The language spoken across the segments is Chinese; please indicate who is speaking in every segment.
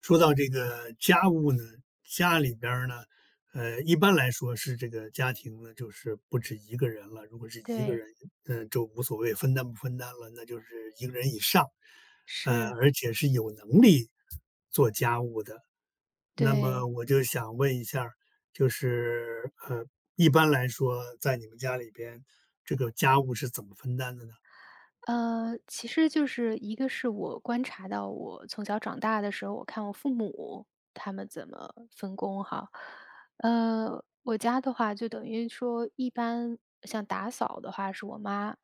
Speaker 1: 说到这个家务呢，家里边儿呢，一般来说是这个家庭呢，就是不止一个人了。如果是一个
Speaker 2: 对，
Speaker 1: 人，就无所谓分担不分担了，那就是一个人以上，
Speaker 2: 是，
Speaker 1: 而且是有能力做家务的。那么
Speaker 2: 对。
Speaker 1: 我就想问一下儿就是一般来说，在你们家里边，这个家务是怎么分担的呢？
Speaker 2: 其实就是一个是我观察到我从小长大的时候，我看我父母他们怎么分工哈。我家的话就等于说一般像打扫的话是我妈，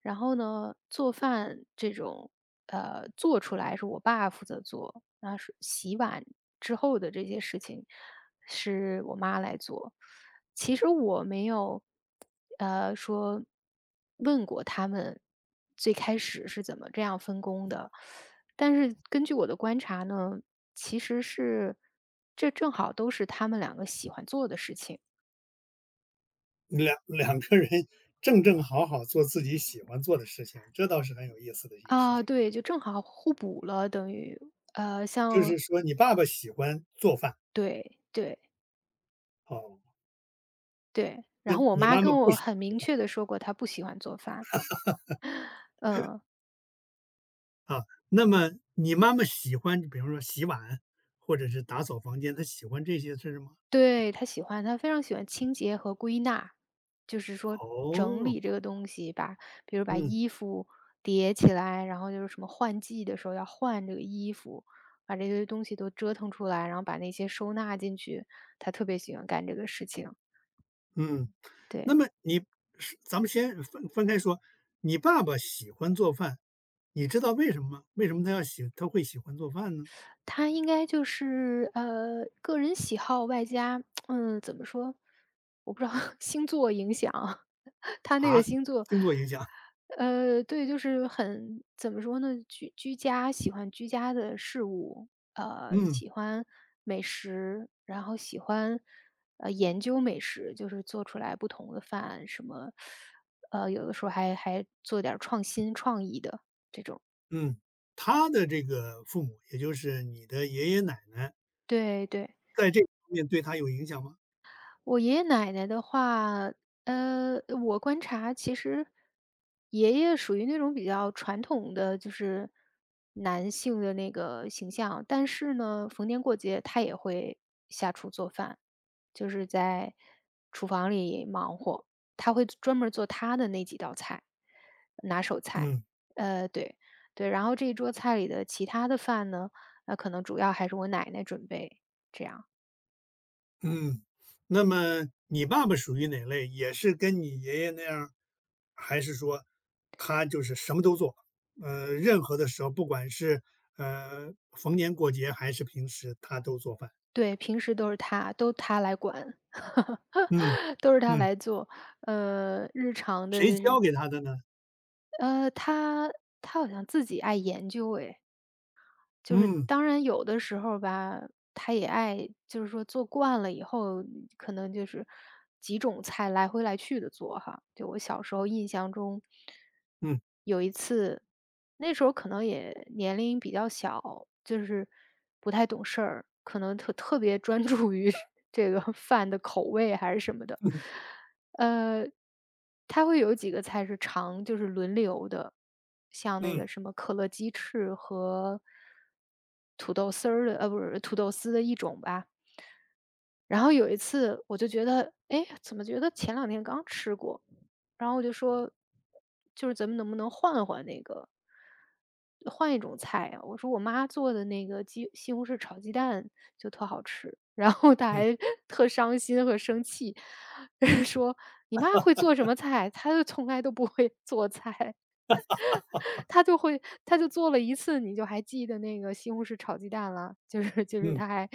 Speaker 2: 然后呢，做饭这种，做出来是我爸负责做，那是洗碗之后的这些事情是我妈来做。其实我没有，说问过他们最开始是怎么这样分工的，但是根据我的观察呢，其实是这正好都是他们两个喜欢做的事情。
Speaker 1: 两个人正正好好做自己喜欢做的事情，这倒是很有意思的一个事
Speaker 2: 啊，
Speaker 1: 情。
Speaker 2: 对，就正好互补了，等于
Speaker 1: 就
Speaker 2: 像
Speaker 1: 是说你爸爸喜欢做饭，
Speaker 2: 对对
Speaker 1: 哦，
Speaker 2: 对，
Speaker 1: 那
Speaker 2: 然后我
Speaker 1: 你
Speaker 2: 妈
Speaker 1: 妈妈
Speaker 2: 跟
Speaker 1: 不
Speaker 2: 我
Speaker 1: 喜
Speaker 2: 很
Speaker 1: 欢做
Speaker 2: 明
Speaker 1: 饭
Speaker 2: 确的说过，她不喜欢做饭，嗯。
Speaker 1: 啊。那么你妈妈喜欢，比方说洗碗或者是打扫房间，她喜欢这些事儿吗？
Speaker 2: 对，他喜欢，他非常喜欢清洁和归纳，就是说整
Speaker 1: 哦，
Speaker 2: 理这个东西，把比如把
Speaker 1: 嗯
Speaker 2: 衣服叠起来，然后就是什么换季的时候要换这个衣服，把这些东西都折腾出来，然后把那些收纳进去，他特别喜欢干这个事情，
Speaker 1: 嗯。那
Speaker 2: 对。
Speaker 1: 么咱们先分开说，你爸爸喜欢做饭，你知道为什么吗？为什么他会喜欢做饭呢？
Speaker 2: 他应该就是，个人喜好外加，怎么说，我不知道 星座影响。他那
Speaker 1: 啊，
Speaker 2: 个星座，
Speaker 1: 星座影响，
Speaker 2: 对，就是很怎么说呢，居家喜欢居家的事物，
Speaker 1: 嗯。
Speaker 2: 喜欢美食，然后喜欢，研究美食，就是做出来不同的饭什么，有的时候还做点儿创新创意的，
Speaker 1: 嗯，他的这个父母，也就是你的爷爷奶奶，
Speaker 2: 对对。
Speaker 1: 在这方面对他有影响吗？
Speaker 2: 我爷爷奶奶的话，呃，我观察其实爷爷属于那种比较传统的，就是男性的那个形象，但是呢，逢年过节他也会下厨做饭，就是在厨房里忙活，他会专门儿做他的那几道菜，拿手菜。
Speaker 1: 嗯
Speaker 2: 对对，然后这一桌菜里的其他的饭呢，可能主要还是我奶奶准备，这样。
Speaker 1: 嗯，那么你爸爸属于哪类？也是跟你爷爷那样儿还是说他就是什么都做？任何的时候，不管是逢年过节还是平时，他都做饭。
Speaker 2: 对，平时都是他，都他来管，
Speaker 1: 嗯
Speaker 2: 都是他
Speaker 1: 嗯，
Speaker 2: 来做。日常的
Speaker 1: 谁
Speaker 2: 就
Speaker 1: 教
Speaker 2: 是
Speaker 1: 给他的呢？
Speaker 2: 呃，他他好像自己爱研究哎。就是
Speaker 1: 嗯
Speaker 2: 当然有的时候吧，他也爱就是说做惯了以后，可能就是几种菜来回来去的做哈。就我小时候印象中，
Speaker 1: 嗯
Speaker 2: 有一次，那时候可能也年龄比较小，就是不太懂事儿，可能特别专注于 这个饭的口味还是什么的。呃，它会有几个菜是常就是轮流的，像那
Speaker 1: 嗯
Speaker 2: 个什么可乐鸡翅和土豆丝儿的，不是土豆丝的一种吧。然后有一次我就觉得，哎，怎么觉得前两天刚吃过，然后我就说，就是咱们能不能换换那个换一种菜啊，我说我妈做的那个西红柿炒鸡蛋就特好吃，然后她
Speaker 1: 嗯
Speaker 2: 还 特伤心和生气，说你妈会做什么菜？她就从来都不会 做菜，她就做了一次，你就还记得那个西红柿炒鸡蛋了，就是
Speaker 1: 嗯
Speaker 2: 她还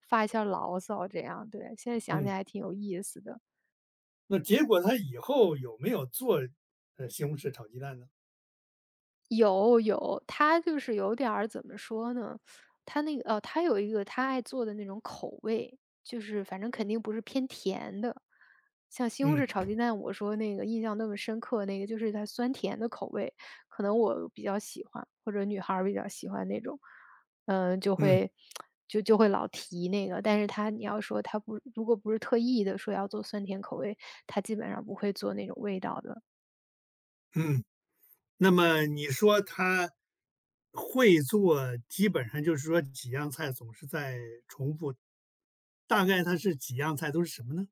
Speaker 2: 发一下牢骚这样，对，现在想起
Speaker 1: 嗯，
Speaker 2: 来还挺有意思的。
Speaker 1: 那结果他以后有没有做西红柿炒鸡蛋呢？
Speaker 2: 有有，他就是有点儿怎么说呢？他那个哦，他有一个他爱做的那种口味，就是反正肯定不是偏甜的。像西红柿炒
Speaker 1: 嗯
Speaker 2: 鸡蛋，我说那个印象那么深刻，那个就是它酸甜的口味，可能我比较喜欢，或者女孩儿比较喜欢那种，嗯，就
Speaker 1: 嗯
Speaker 2: 会就会老提那个。但是他你要说他不，如果不是特意的说要做酸甜口味，他基本上不会做那种味道的。
Speaker 1: 嗯，那么你说他会做，基本上就是说几样菜总是在重复，大概他是几样菜都是什么呢？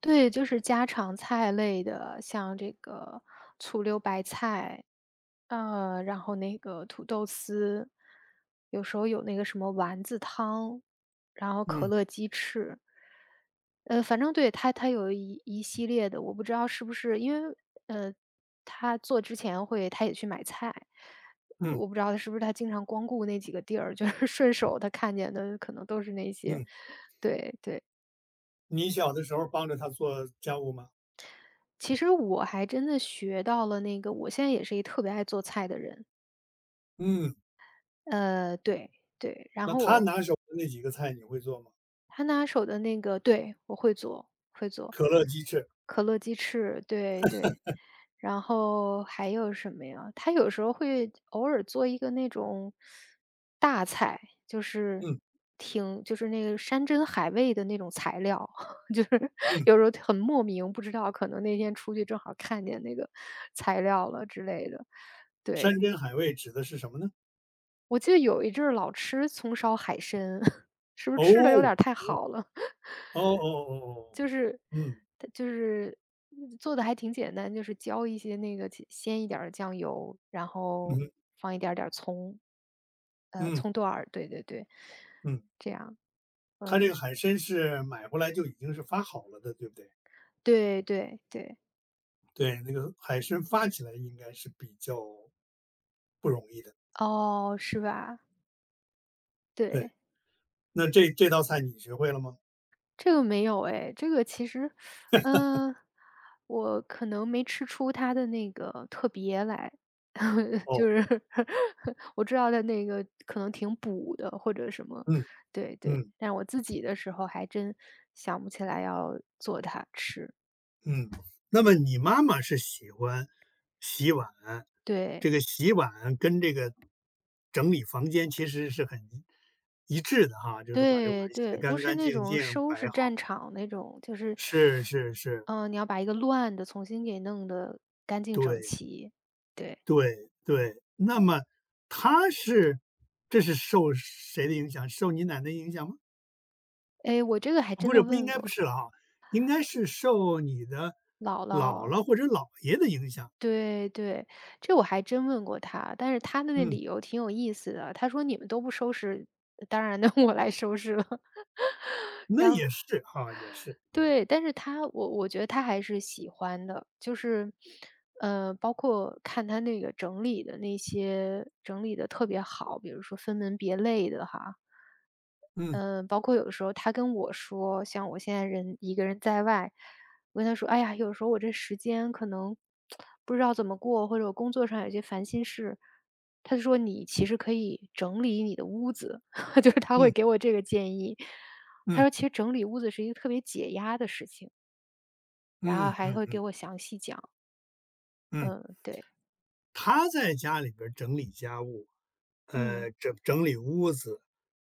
Speaker 2: 对，就是家常菜类的，像这个醋溜白菜，然后那个土豆丝，有时候有那个什么丸子汤，然后可
Speaker 1: 嗯
Speaker 2: 乐鸡翅，反正对，他有一系列的，我不知道是不是因为，呃，他做之前会他也去买菜，
Speaker 1: 嗯
Speaker 2: 我不知道他是不是他经常光顾那几个地儿，就是顺手他看见的可能都是那些，
Speaker 1: 嗯，
Speaker 2: 对对。
Speaker 1: 你小的时候帮着他做家务吗？
Speaker 2: 其实我还真的学到了那个我现在也是特别爱做菜的人，
Speaker 1: 嗯，
Speaker 2: 对，对，然
Speaker 1: 那
Speaker 2: 后
Speaker 1: 他拿手的那几个菜你会做吗？
Speaker 2: 他拿手的那个对，我会做，会做。
Speaker 1: 可乐鸡翅，
Speaker 2: 可乐鸡翅，对，对。然后还有什么呀？他有时候会偶尔做一个那种大菜，就是
Speaker 1: 嗯
Speaker 2: 挺就是那个山珍海味的那种材料，就是
Speaker 1: 嗯，
Speaker 2: 有时候很莫名，不知道可能那天出去正好看见那个材料了之类的。对，
Speaker 1: 山珍海味指的是什么呢？
Speaker 2: 我记得有一阵儿老吃葱烧海参，是不是吃的有
Speaker 1: 哦
Speaker 2: 点儿太好了？
Speaker 1: 哦哦哦哦，
Speaker 2: 就是
Speaker 1: 嗯
Speaker 2: 它就是做的还挺简单，就是浇一些那个鲜一点儿的酱油，然后
Speaker 1: 嗯
Speaker 2: 放一点儿葱，
Speaker 1: 嗯
Speaker 2: 葱段儿，对对对，
Speaker 1: 嗯，
Speaker 2: 这样，
Speaker 1: 他这
Speaker 2: 嗯，
Speaker 1: 个海参是买回来就已经是发好了的，对不对？
Speaker 2: 对对对，
Speaker 1: 对，那个海参发起来应该是比较不容易的。
Speaker 2: 哦，是吧？
Speaker 1: 对，
Speaker 2: 对。
Speaker 1: 那这道菜你学会了吗？
Speaker 2: 这个没有哎，这个其实，嗯，我可能没吃出它的那个特别来，就
Speaker 1: 哦，
Speaker 2: 是 我知道它那个可能挺补的或者什么，
Speaker 1: 嗯
Speaker 2: 对对，
Speaker 1: 嗯
Speaker 2: 但我自己的时候还真想不起来要做它吃，
Speaker 1: 嗯。那么你妈妈是喜欢洗碗，
Speaker 2: 对
Speaker 1: 这个洗碗跟这个整理房间其实是很一致的哈，就是把这
Speaker 2: 对
Speaker 1: 碗洗得
Speaker 2: 对，都
Speaker 1: 干
Speaker 2: 是
Speaker 1: 干
Speaker 2: 那
Speaker 1: 净
Speaker 2: 种
Speaker 1: 净，
Speaker 2: 收
Speaker 1: 摆
Speaker 2: 拾
Speaker 1: 好。
Speaker 2: 战场那种，就是，
Speaker 1: 是是是，
Speaker 2: 嗯，你要把一个乱的重新给弄得干净整
Speaker 1: 对
Speaker 2: 齐，对，
Speaker 1: 对对。那么她是这是受谁的影响？受你奶奶影响吗？
Speaker 2: 哎，诶我这个还
Speaker 1: 啊不
Speaker 2: 真
Speaker 1: 是，
Speaker 2: 的
Speaker 1: 不应
Speaker 2: 问
Speaker 1: 该不
Speaker 2: 过。
Speaker 1: 是了哈，应该是受你的
Speaker 2: 姥
Speaker 1: 姥
Speaker 2: 姥，
Speaker 1: 姥或者姥爷的影响。
Speaker 2: 对对，这我还真问过他，但是他的那
Speaker 1: 嗯，
Speaker 2: 理由挺有意思的。他说：“你们都不收拾，当然呢，我来收拾了。”
Speaker 1: 那也是哈，也是。
Speaker 2: 对，但是我觉得他还是喜欢的，就是，包括看他那个整理的那些整理的特别好，比如说分门别类的哈。
Speaker 1: 嗯
Speaker 2: 嗯，包括有的时候他跟我说，像我现在人一个人在外，我跟他说：“哎呀，有时候我这时间可能不知道怎么过，或者我工作上有些烦心事。”他就说：“你其实可以整理你的屋子。就是他会给
Speaker 1: 嗯
Speaker 2: 我这个建议。他
Speaker 1: 嗯
Speaker 2: 说：“其实整理屋子是一个特别解压的事情。”然
Speaker 1: 嗯
Speaker 2: 后还
Speaker 1: 嗯
Speaker 2: 会给
Speaker 1: 嗯
Speaker 2: 我详细讲。
Speaker 1: 嗯，
Speaker 2: 嗯，对，
Speaker 1: 他在家里边儿整理家务，
Speaker 2: 嗯，
Speaker 1: 整理屋子，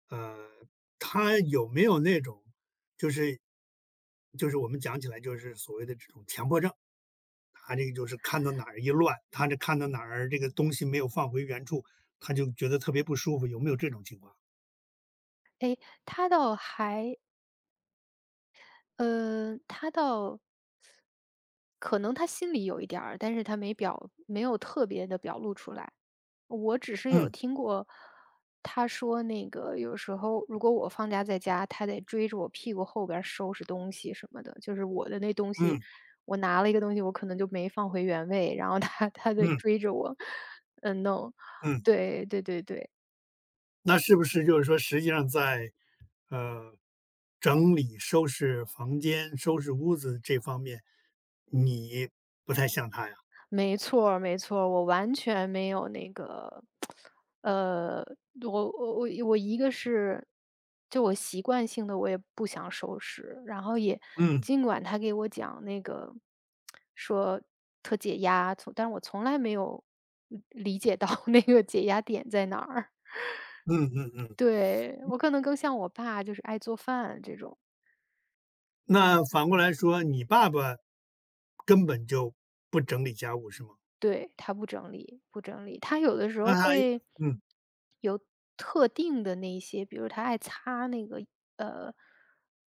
Speaker 1: 呃，他有没有那种就是就是我们讲起来就是所谓的这种强迫症，他这个就是看到哪儿一乱，他看到哪儿这个东西没有放回原处，他就觉得特别不舒服，有没有这种情况？
Speaker 2: 他倒还嗯，他倒可能他心里有一点儿，但是他没有特别的表露出来。我只是有
Speaker 1: 嗯
Speaker 2: 听过他说那个有时候如果我放假在家，他得追着我屁股后边儿收拾东西什么的。就是我的那东西，
Speaker 1: 嗯
Speaker 2: 我拿了一个东西，我可能就没放回原位，然后他 他得
Speaker 1: 嗯
Speaker 2: 追着我，弄。
Speaker 1: 嗯，
Speaker 2: 对对对对。
Speaker 1: 那是不是就是说实际上在，呃，整理收拾房间、收拾屋子这方面，你不太像他呀？
Speaker 2: 没错儿没错儿，我完全没有那个，呃，我一个是，就我习惯性的，我也不想收拾，然后也
Speaker 1: 嗯
Speaker 2: 尽管他给我讲那个，说特解压，但是我从来没有理解到 那个解压点在哪儿。
Speaker 1: 嗯嗯嗯，
Speaker 2: 对，我可能更像我爸，就是爱做饭这种。
Speaker 1: 那反过来说，你爸爸根本就不整理家务是吗？
Speaker 2: 对，他不整理不整理，他有的时
Speaker 1: 那
Speaker 2: 候
Speaker 1: 他
Speaker 2: 会
Speaker 1: 嗯
Speaker 2: 有特定的那一些，比如他爱擦呃，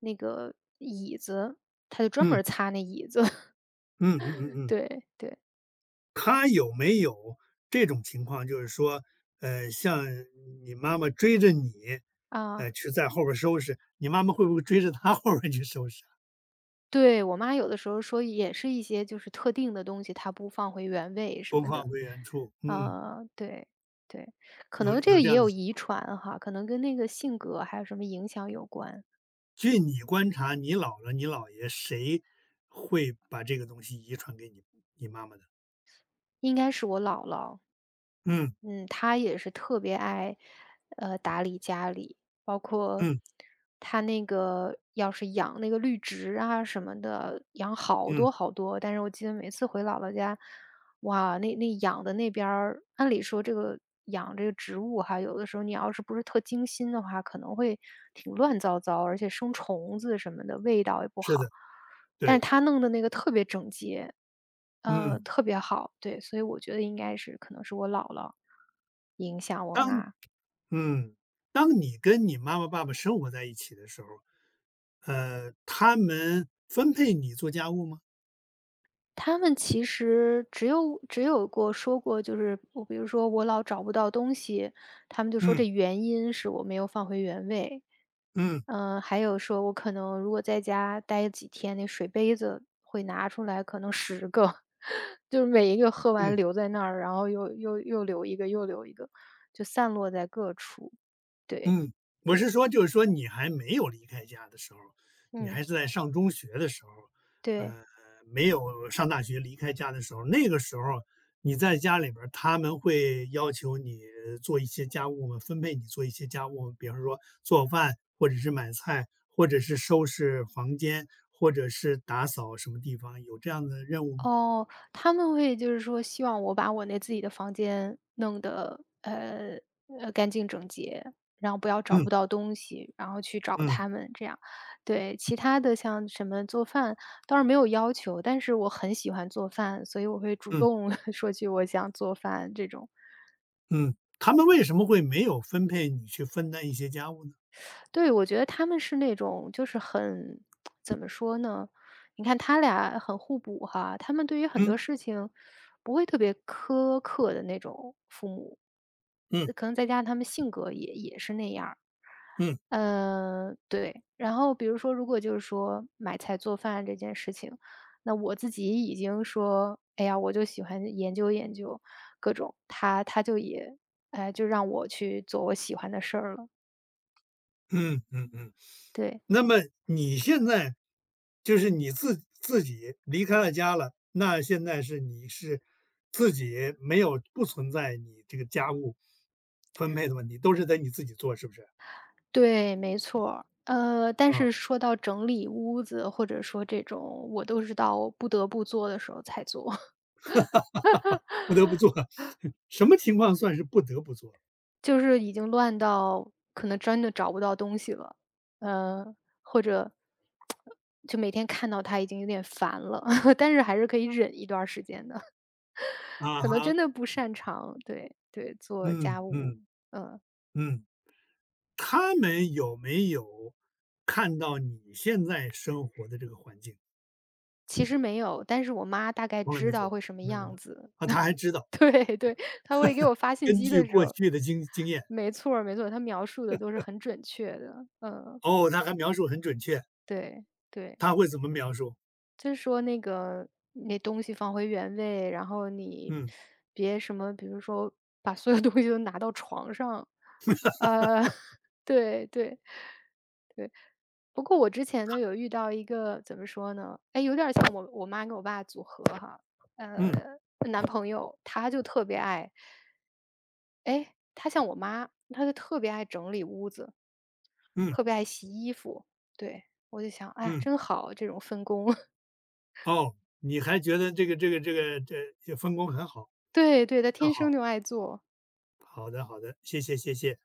Speaker 2: 那个椅子，他就专门
Speaker 1: 嗯
Speaker 2: 儿擦那椅子。
Speaker 1: 嗯嗯嗯嗯。
Speaker 2: 对对，
Speaker 1: 他有没有这种情况，就是说，像你妈妈追着你，
Speaker 2: 啊，
Speaker 1: 去在后边儿收拾，你妈妈会不会追着他 后边儿去收拾啊？
Speaker 2: 对，我妈有的时候说也是一些就是特定的东西，她不放回原位什
Speaker 1: 不
Speaker 2: 么
Speaker 1: 放
Speaker 2: 的。
Speaker 1: 回原处，
Speaker 2: 啊，对对，可
Speaker 1: 有
Speaker 2: 能这
Speaker 1: 有
Speaker 2: 个
Speaker 1: 这
Speaker 2: 也
Speaker 1: 样的
Speaker 2: 有
Speaker 1: 情
Speaker 2: 遗
Speaker 1: 况。
Speaker 2: 传哈，可能跟那个性格还有什么影响有关。
Speaker 1: 据你观察，你姥姥、你姥爷谁会把这个东西遗传给你妈妈的？
Speaker 2: 应该是我姥姥。
Speaker 1: 嗯
Speaker 2: 嗯，她也是特别爱，打理家里，包括
Speaker 1: 嗯
Speaker 2: 她那个要是养那个绿植啊什么的，养好
Speaker 1: 嗯，
Speaker 2: 多好多。但是我记得每次回姥姥家，哇，那养的那边儿，按理说这个养这个植物哈，有的时候你要是不是特精心的话，可能会挺乱糟糟，而且生虫子什么的，味道也不
Speaker 1: 是的，
Speaker 2: 好。但是
Speaker 1: 对，
Speaker 2: 她弄的那个特别整洁。
Speaker 1: 嗯。
Speaker 2: 特别好，对，所以我觉得应该是可能是我姥姥影响我
Speaker 1: 当
Speaker 2: 妈。
Speaker 1: 嗯，当你跟你妈妈、爸爸生活在一起的时候，他们分配你做家务吗？
Speaker 2: 他们其实只有过说过，就是我比如说我老找不到东西，他们就说
Speaker 1: 嗯
Speaker 2: 这原因是我没有放回原位。
Speaker 1: 嗯
Speaker 2: 嗯，还有说我可能如果在家待几天，那水杯子会拿出来，可能十个，就是每一个喝完
Speaker 1: 嗯。
Speaker 2: 留在那儿，然后又留一个，又留一个，就散落在各处。对，
Speaker 1: 嗯，我
Speaker 2: 对，
Speaker 1: 是说就是说你还没有离开家的时候，你
Speaker 2: 嗯，
Speaker 1: 还是在上中学的时候，
Speaker 2: 对。
Speaker 1: 呃，没有上大学离开家的时候，那个时候你在家里边儿，他们会要求你做一些家务吗？分配你做一些家务，比方说做饭，或者是买菜，或者是收拾房间，或者是打扫什么地方，有这样的任务吗？
Speaker 2: 哦，他们会就是说希望我把我那自己的房间弄得，干净整洁，然后不要找
Speaker 1: 嗯
Speaker 2: 不到东西，然后去找
Speaker 1: 嗯
Speaker 2: 他们这样。对，其他的像什么做饭倒是没有要求，但是我很喜欢做饭，所以我会主
Speaker 1: 嗯
Speaker 2: 动 说句我想做饭这种。
Speaker 1: 嗯，他们为什么会没有分配你去分担一些家务呢？
Speaker 2: 对，我觉得他们是那种就是很 怎么说呢？你看他俩很互补哈，他们对于很
Speaker 1: 嗯
Speaker 2: 多事情不会特别苛刻的那种父母，
Speaker 1: 嗯
Speaker 2: 可能再加上他们性格也是那样，
Speaker 1: 嗯。
Speaker 2: 对。然后比如说，如果就是说买菜做饭这件事情，那我自己已经说，哎呀，我就喜欢研究研究各种，他就也哎，就让我去做我喜欢的事儿了，
Speaker 1: 嗯嗯嗯，
Speaker 2: 对。
Speaker 1: 那么你现在就是你自己离开了家了，那现在是自己没有不存在你这个家务分配的问题，都是得你自己做，是不是？
Speaker 2: 对，没错儿，但
Speaker 1: 啊，
Speaker 2: 是说到整理屋子，或者说这种，我都是到不得不做的时候才做，
Speaker 1: 不得不做，什么情况算是不得不做？
Speaker 2: 就是已经乱到可能真的找不到东西了，呃，或者就每天看到它已经有点烦了，但是还是可以忍一段儿时间的，
Speaker 1: 啊
Speaker 2: 可能
Speaker 1: 哈，
Speaker 2: 真的不擅长，对对，做
Speaker 1: 嗯
Speaker 2: 家务。
Speaker 1: 嗯嗯，他们有没有看到你现在生活的这个环境？
Speaker 2: 其实没有，但是我妈大概
Speaker 1: 从来没
Speaker 2: 知
Speaker 1: 做
Speaker 2: 道
Speaker 1: 过，
Speaker 2: 会什么
Speaker 1: 从来没做
Speaker 2: 样
Speaker 1: 过。
Speaker 2: 子，
Speaker 1: 啊，他还知道，
Speaker 2: 对对，他会给我发信
Speaker 1: 根
Speaker 2: 息
Speaker 1: 据
Speaker 2: 的时
Speaker 1: 过
Speaker 2: 候
Speaker 1: 去的经验。
Speaker 2: 没错儿没错儿，他描述的都是很准确的。嗯，
Speaker 1: 哦，他还描述很准确，
Speaker 2: 对对，
Speaker 1: 他会怎么描述？
Speaker 2: 就是说那个那东西放回原位，然后你
Speaker 1: 嗯
Speaker 2: 别什么，比如说把所有东西都拿到床上。呃，对对对。不过我之前呢，有遇到一个怎么说呢？哎，有点儿像我妈跟我爸组合哈，呃，
Speaker 1: 嗯
Speaker 2: 男朋友他就特别爱，哎，他像我妈，他就特别爱整理屋子，
Speaker 1: 嗯
Speaker 2: 特别爱洗衣服。对，我就想，哎，
Speaker 1: 嗯，
Speaker 2: 真好，这种分工。
Speaker 1: 哦，你还觉得这分工很好，
Speaker 2: 对对，他
Speaker 1: 那
Speaker 2: 天生
Speaker 1: 好，
Speaker 2: 就爱做。
Speaker 1: 好的好的，谢谢谢谢。